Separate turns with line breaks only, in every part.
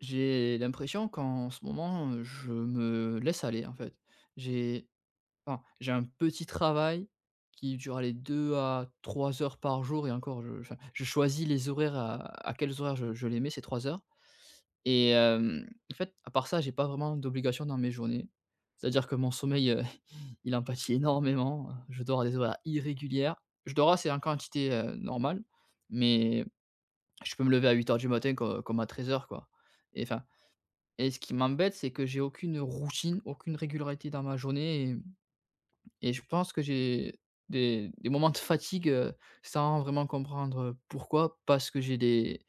J'ai l'impression qu'en ce moment, je me laisse aller, en fait. J'ai enfin, j'ai un petit travail qui dure, allez, 2 à 3 heures par jour et encore, je enfin, je choisis les horaires à quels horaires je les mets, ces 3 heures et en fait, à part ça, j'ai pas vraiment d'obligation dans mes journées. C'est-à-dire que mon sommeil, il en pâtit énormément, je dors à des horaires irrégulières. Je dors assez en quantité, normale, mais je peux me lever à 8 heures du matin co comme à 13 heures, quoi. Et enfin, ce qui m'embête, c'est que j'ai aucune routine, aucune régularité dans ma journée et je pense que j'ai des moments de fatigue, sans vraiment comprendre pourquoi. Parce que j'ai des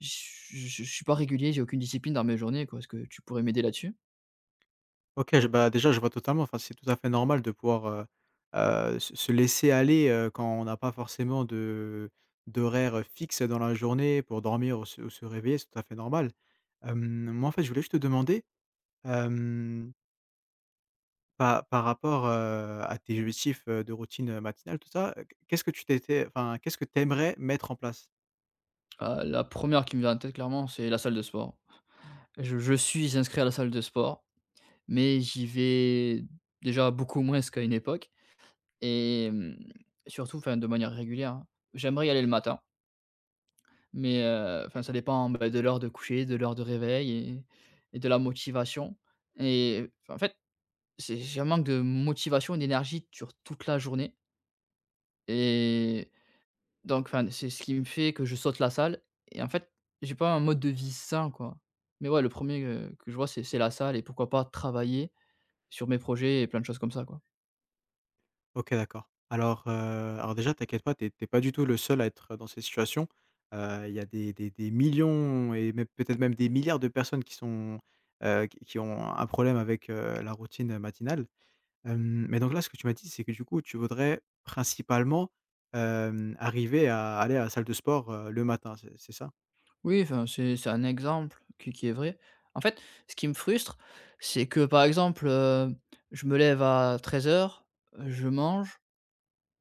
je je suis pas régulier, j'ai aucune discipline dans mes journées, quoi. Est-ce que tu pourrais m'aider là-dessus?
OK, je bah, déjà, je vois totalement, enfin, c'est tout à fait normal de pouvoir, se laisser aller, quand on n'a pas forcément de d'horaire, fixe dans la journée pour dormir ou se réveiller, c'est tout à fait normal. Hem, Moi, en fait, je voulais juste te demander, hem, pa par rapport, à tes objectifs, de routine, matinale, tout ça, qu'est-ce que tu t'étais enfin, qu'est-ce que tu aimerais mettre en place?
La première qui me vient en tête, clairement, c'est la salle de sport. Je suis inscrit à la salle de sport, mais j'y vais déjà beaucoup moins qu'à une époque et surtout, enfin, de manière régulière, hein. J'aimerais y aller le matin. Mais enfin, ça dépend, bah, de l'heure de coucher, de l'heure de réveil et et de la motivation et enfin, en fait, c'est j'ai un manque de motivation et d'énergie sur toute la journée et donc enfin, c'est ce qui me fait que je saute la salle et en fait, j'ai pas un mode de vie sain, quoi. Mais ouais, le premier er que je vois, c'est la salle et pourquoi pas travailler sur mes projets et plein de choses comme ça, quoi.
OK, d'accord. Alors, déjà t'inquiète pas, t'es es pas du tout le seul à être dans ces situations. Il y a des millions et même peut-être même des milliards de personnes qui sont, qui ont un problème avec, la routine matinale. Mais donc là, ce que tu m'as dit, c'est que du coup, tu voudrais principalement, arriver à aller à la salle de sport, le matin, c'est ça?
Oui, enfin, c'est un exemple qui est vrai. En fait, ce qui me frustre, c'est que, par exemple, je me lève à 13:00, heures, je mange,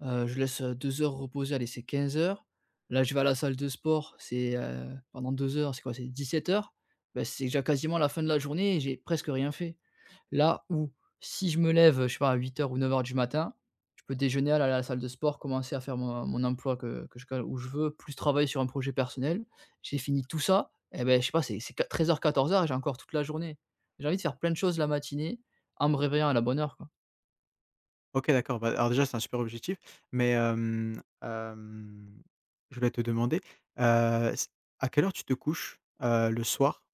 je laisse, 2 heures reposer, allez, c'est 15 heures. Là, je vais à la salle de sport, c'est, pendant 2 heures, c'est quoi? C'est 17 heures. Bah, c'est déjà quasiment la fin de la journée et j'ai presque rien fait. Là où, si je me lève, je sais pas, à 8 heures ou 9 heures du matin, je peux déjeuner, aller à la salle de sport, commencer à faire mon emploi que je cale où je veux, plus travailler sur un projet personnel. J'ai fini tout ça et ben je sais pas, c'est 13 heures, 14 heures, et j'ai encore toute la journée. J'ai envie de faire plein de choses la matinée en me réveillant à la bonne heure, quoi.
OK, d'accord. Bah, alors déjà, c'est un super objectif, mais je voulais te demander, c à quelle heure tu te couches, le soir?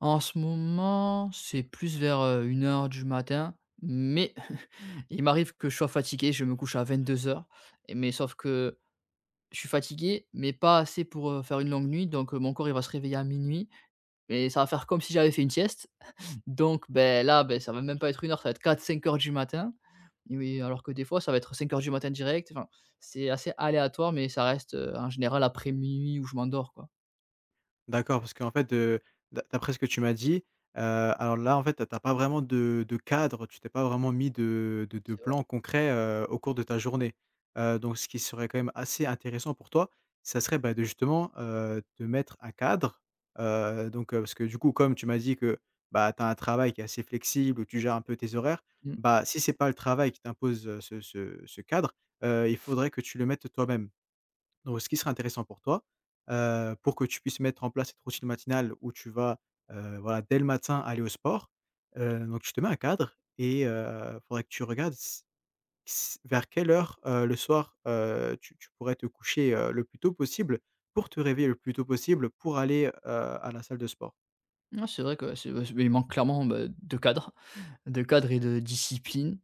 En ce moment, c'est plus vers, 1 heure du matin, mais il m'arrive que je sois fatigué, je me couche à 22h mais sauf que je suis fatigué, mais pas assez pour, faire une longue nuit, donc, mon corps, il va se réveiller à minuit. Mais ça va faire comme si j'avais fait une sieste. Donc ben là, ben ça va même pas être une heure, ça va être 4-5 heures du matin. Et oui, alors que des fois, ça va être 5 heures du matin direct. Enfin, c'est assez aléatoire, mais ça reste, en général après minuit où je m'endors, quoi.
D'accord, parce qu'en fait, d'après ce que tu m'as dit, alors là, en fait, tu as pas vraiment de cadre, tu t'es pas vraiment mis de
C'est
plan concret, au cours de ta journée. Donc ce qui serait quand même assez intéressant pour toi, ça serait, bah, de justement, te mettre un cadre, donc parce que du coup, comme tu m'as dit que, bah, tu as un travail qui est assez flexible, où tu gères un peu tes horaires,
vrai. Mmh.
bah, si c'est pas le travail qui t'impose, ce cadre, il faudrait que tu le mettes toi-même. Donc ce qui serait intéressant pour toi, pour que tu puisses mettre en place cette routine matinale où tu vas, voilà, dès le matin, aller au sport, donc tu te mets un cadre et faudrait que tu regardes s s vers quelle heure, le soir, tu pourrais te coucher, le plus tôt possible pour te réveiller le plus tôt possible pour aller, à la salle de sport.
Non, c'est vrai que c'est mais il manque clairement, bah, de cadre et de discipline.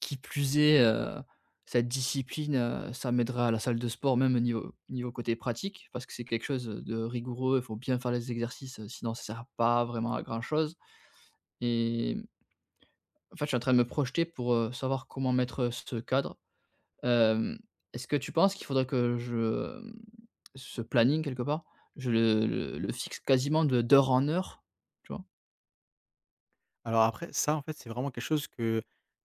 Qui plus est, cette discipline, ça m'aidera à la salle de sport, même au niveau côté pratique, parce que c'est quelque chose de rigoureux. Il faut bien faire les exercices, sinon ça sert pas vraiment à grand chose. Et en fait, je suis en train de me projeter pour, savoir comment mettre, ce cadre. Hem, Est-ce que tu penses qu'il faudrait que hem, ce planning, quelque part, je le fixe quasiment de d'heure en heure, tu vois?
Alors après, ça, en fait, c'est vraiment quelque chose que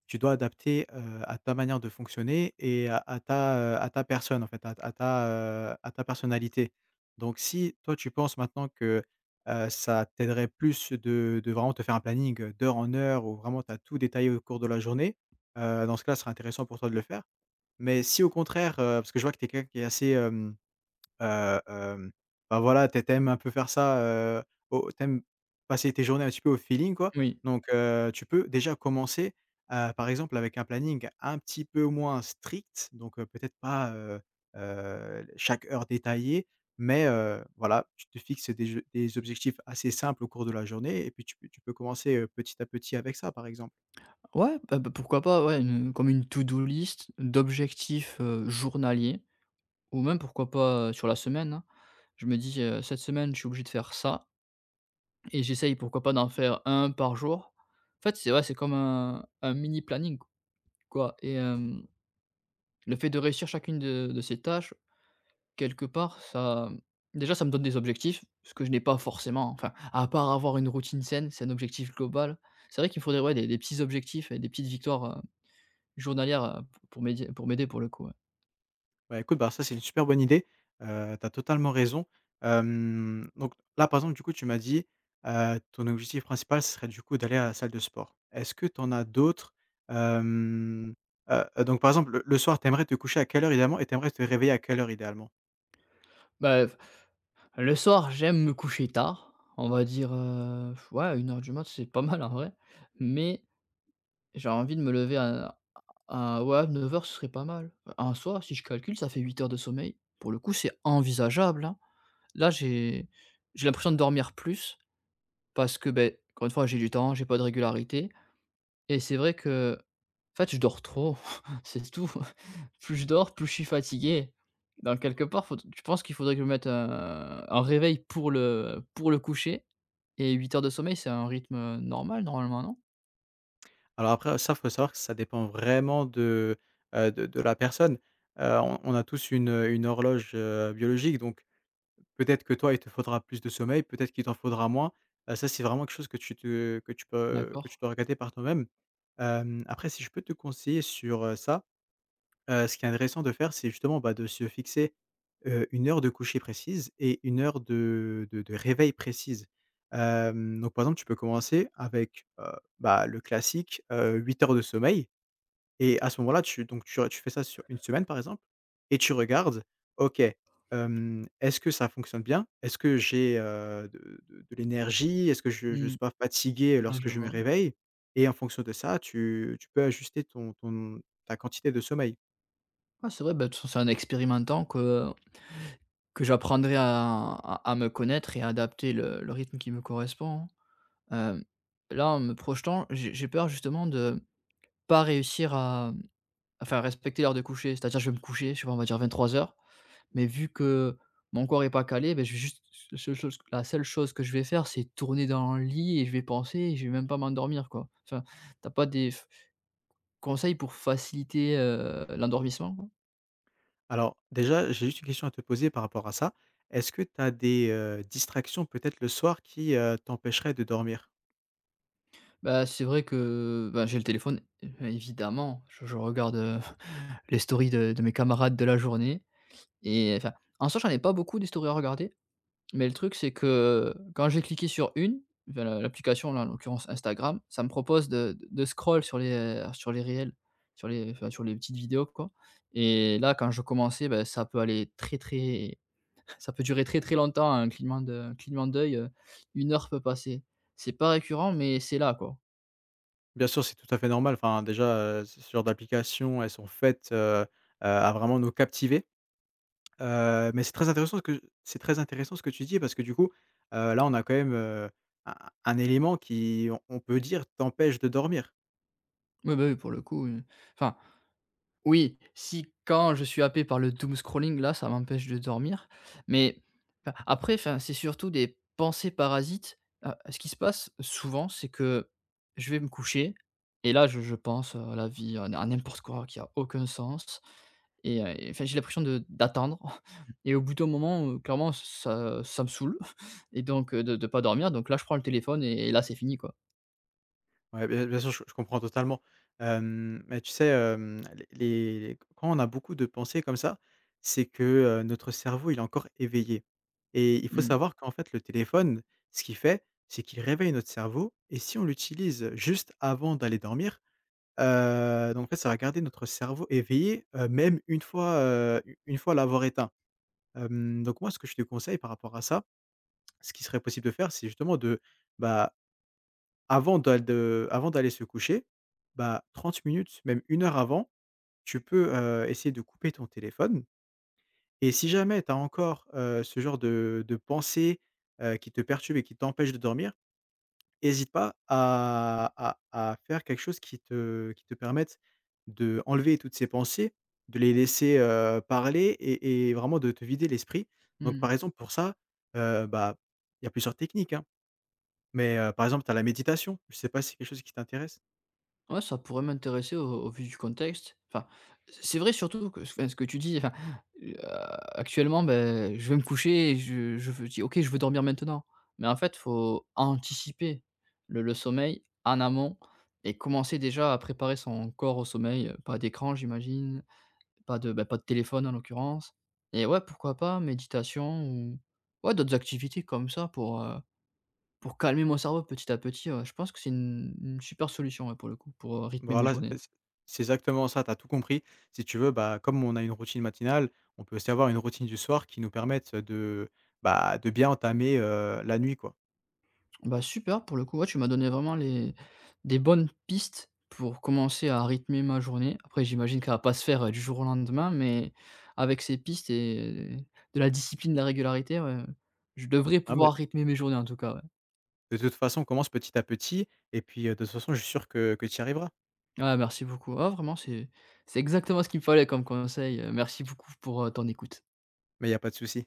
tu dois adapter, à ta manière de fonctionner et à ta, à ta personne, en fait, à ta, à ta personnalité. Donc si toi, tu penses maintenant que, ça t'aiderait plus de vraiment te faire un planning, d'heure en heure où vraiment tu as tout détaillé au cours de la journée, dans ce cas-là, ce serait intéressant pour toi de le faire. Mais si au contraire, parce que je vois que tu es quelqu'un qui est assez, Heu, hem, bah, voilà, tu ai un peu faire ça, heu, au tu passer tes journées un petit peu au feeling, quoi.
Oui.
Donc, tu peux déjà commencer, par exemple avec un planning un petit peu moins strict, donc, peut-être pas, chaque heure détaillée, mais, voilà, tu te fixes des objectifs assez simples au cours de la journée et puis tu peux commencer, petit à petit avec ça, par exemple.
Ouais, bah, pourquoi pas, ouais, une comme une to-do list d'objectifs, journaliers, ou même pourquoi pas, sur la semaine, hein. Je me dis: «Cette semaine, je suis obligé de faire ça» et j'essaye pourquoi pas d'en faire un par jour. En fait, c'est ouais, c'est comme un mini planning, quoi. Et le fait de réussir chacune de ces tâches, quelque part, ça, déjà, ça me donne des objectifs, ce que je n'ai pas forcément, enfin, à part avoir une routine saine, c'est un objectif global. C'est vrai qu'il me faudrait, ouais, des petits objectifs et des petites victoires, journalières, pour m'aider, pour le coup, ouais.
Bah, écoute, bah, ça, c'est une super bonne idée. Tu as totalement raison. Donc là, par exemple, du coup, tu m'as dit, ton objectif principal, ce serait, du coup, d'aller à la salle de sport. Est-ce que tu en as d'autres? Hem, donc, par exemple, le soir, tu aimerais te coucher à quelle heure idéalement et tu aimerais te réveiller à quelle heure idéalement?
Bah, le soir, j'aime me coucher tard. On va dire, ouais, 1 heure du mat, c'est pas mal en vrai, mais j'ai envie de me lever à ouais, 9 heures, ce serait pas mal. Un soir si je calcule, ça fait 8 heures de sommeil. Pour le coup, c'est envisageable, hein. Là, j'ai l'impression de dormir plus, parce que, ben, encore une fois, j'ai du temps, j'ai pas de régularité et c'est vrai que, en fait, je dors trop, c'est tout. Plus je dors, plus je suis fatigué. Donc quelque part, faut je pense qu'il faudrait que je mette un réveil pour le coucher, et 8 heures de sommeil, c'est un rythme, normalement, non?
Alors après, ça, faut savoir que ça dépend vraiment de, de la personne. On a tous une horloge, biologique, donc. Peut-être que toi, il te faudra plus de sommeil, peut-être qu'il t'en faudra moins. Ça, c'est vraiment quelque chose que tu te que tu peux que
D'accord.
tu dois regarder par toi-même. Après, si je peux te conseiller sur, ça, ce qui est intéressant de faire, c'est justement, bah, de se fixer, une heure de coucher précise et une heure de réveil précise. Donc par exemple, tu peux commencer avec, bah, le classique, 8 heures de sommeil. Et à ce moment-là, tu donc tu tu fais ça sur une semaine, par exemple et tu regardes: «OK, est-ce que ça fonctionne bien? Est-ce que j'ai, de l'énergie? Est-ce que je ne
Mmh.
suis pas fatigué
Ouais,
lorsque
je
je me
vois.
réveille?» Et en fonction de ça, tu peux ajuster ton ton ta quantité de sommeil.
Ouais, c'est vrai, bah, de toute façon, c'est en expérimentant que j'apprendrai à me connaître et à adapter le rythme qui me correspond, hein. Hem, Là, en me projetant, j'ai peur, justement, de pas réussir à enfin, respecter l'heure de coucher. C'est-à-dire, je vais me coucher, je sais pas, on va dire 23 heures, mais vu que mon corps est pas calé, ben je vais juste la seule chose que je vais faire, c'est tourner dans le lit et je vais penser et je vais même pas m'endormir, quoi. Enfin, t'as pas des f conseils pour faciliter, l'endormissement?
Alors déjà, j'ai juste une question à te poser par rapport à ça. Est-ce que tu as des, distractions peut-être le soir qui, t'empêcheraient de dormir?
Bah, c'est vrai que, bah, j'ai le téléphone, é évidemment, je regarde, les stories de mes camarades de la journée et enfin, en soi, j'en ai pas beaucoup des stories à regarder, mais le truc, c'est que quand j'ai cliqué sur une, enfin, l'application là, en l'occurrence, Instagram, ça me propose de scroll sur les réels, sur les enfin, sur les petites vidéos, quoi. Et là, quand je commençais, bah, ça peut aller très, très ça peut durer très, très longtemps, un clignement d'œil, 1 heure peut passer. C'est pas récurrent, mais c'est là, quoi.
Bien sûr, c'est tout à fait normal, enfin déjà, ce genre d'applications, elles sont faites, heu, à vraiment nous captiver. Mais c'est très intéressant ce que tu dis parce que du coup, là on a quand même, un un élément qui on peut dire t'empêche de dormir.
Oui, bah, oui, pour le coup, oui. Enfin, oui, si, quand je suis happé par le doom scrolling, là, ça m'empêche de dormir. Mais a après, enfin, c'est surtout des pensées parasites. Ce qui se passe souvent, c'est que je vais me coucher et là, je pense à la vie, à n'importe quoi qui a aucun sens et enfin, j'ai l'impression de d'attendre et au bout d'un moment, clairement, ça me saoule et donc de pas dormir. Donc là, je prends le téléphone et là, c'est fini, quoi.
Ouais, bien sûr, je comprends totalement. Mais tu sais, hem, les quand on a beaucoup de pensées comme ça, c'est que, notre cerveau, il est encore éveillé et il faut
Mmh.
savoir qu'en fait, le téléphone, ce qu'il fait, c'est qu'il réveille notre cerveau et si on l'utilise juste avant d'aller dormir, donc en fait, ça va garder notre cerveau éveillé, même une fois, u une fois l'avoir éteint. Donc moi, ce que je te conseille par rapport à ça, ce qui serait possible de faire, c'est justement de, bah avant d'aller se coucher, bah, 30 minutes, même une heure avant, tu peux, essayer de couper ton téléphone et si jamais tu as encore, ce genre de pensées, qui te perturbent et qui t'empêchent de dormir, hésite pas à faire quelque chose qui te permette d'enlever toutes ces pensées, de les laisser, parler et vraiment de te vider l'esprit. Donc
Mmh.
par exemple pour ça, bah, il y a plusieurs techniques, hein, mais par exemple, tu as la méditation. Je ne sais pas si c'est quelque chose qui t'intéresse?
Ouais, ça pourrait m'intéresser au vu du contexte. Enfin, c'est vrai surtout que, enfin, ce que tu dis, enfin, heu, actuellement, ben, je vais me coucher et je dis: «OK, je veux dormir maintenant». Mais en fait, faut anticiper le sommeil en amont et commencer déjà à préparer son corps au sommeil. Pas d'écran, j'imagine, pas de, bah, pas de téléphone en l'occurrence et ouais, pourquoi pas méditation ou ouais, d'autres activités comme ça pour calmer mon cerveau petit à petit, ouais, je pense que c'est une super solution, ouais, pour le coup, pour, rythmer mes
Voilà, c'est enfin,
journées.
c'est exactement ça, tu as tout compris. Si tu veux, bah, comme on a une routine matinale, on peut aussi avoir une routine du soir qui nous permette de, bah, de bien entamer, la nuit, quoi.
Bah, super, pour le coup, ouais, tu m'as donné vraiment les des bonnes pistes pour commencer à rythmer ma journée. Après, j'imagine qu'elle va pas se faire, du jour au lendemain, mais avec ces pistes et de la discipline, de la régularité, ouais, je devrais
Hein, mais
pouvoir rythmer mes journées en tout cas, ouais.
de toute façon, on commence petit à petit et puis, de toute façon, je suis sûr que tu y arriveras,
Ouais, merci beaucoup. Ah vraiment, c'est exactement ce qu'il me fallait comme conseil, merci beaucoup pour, ton écoute.
mais il y a pas de souci.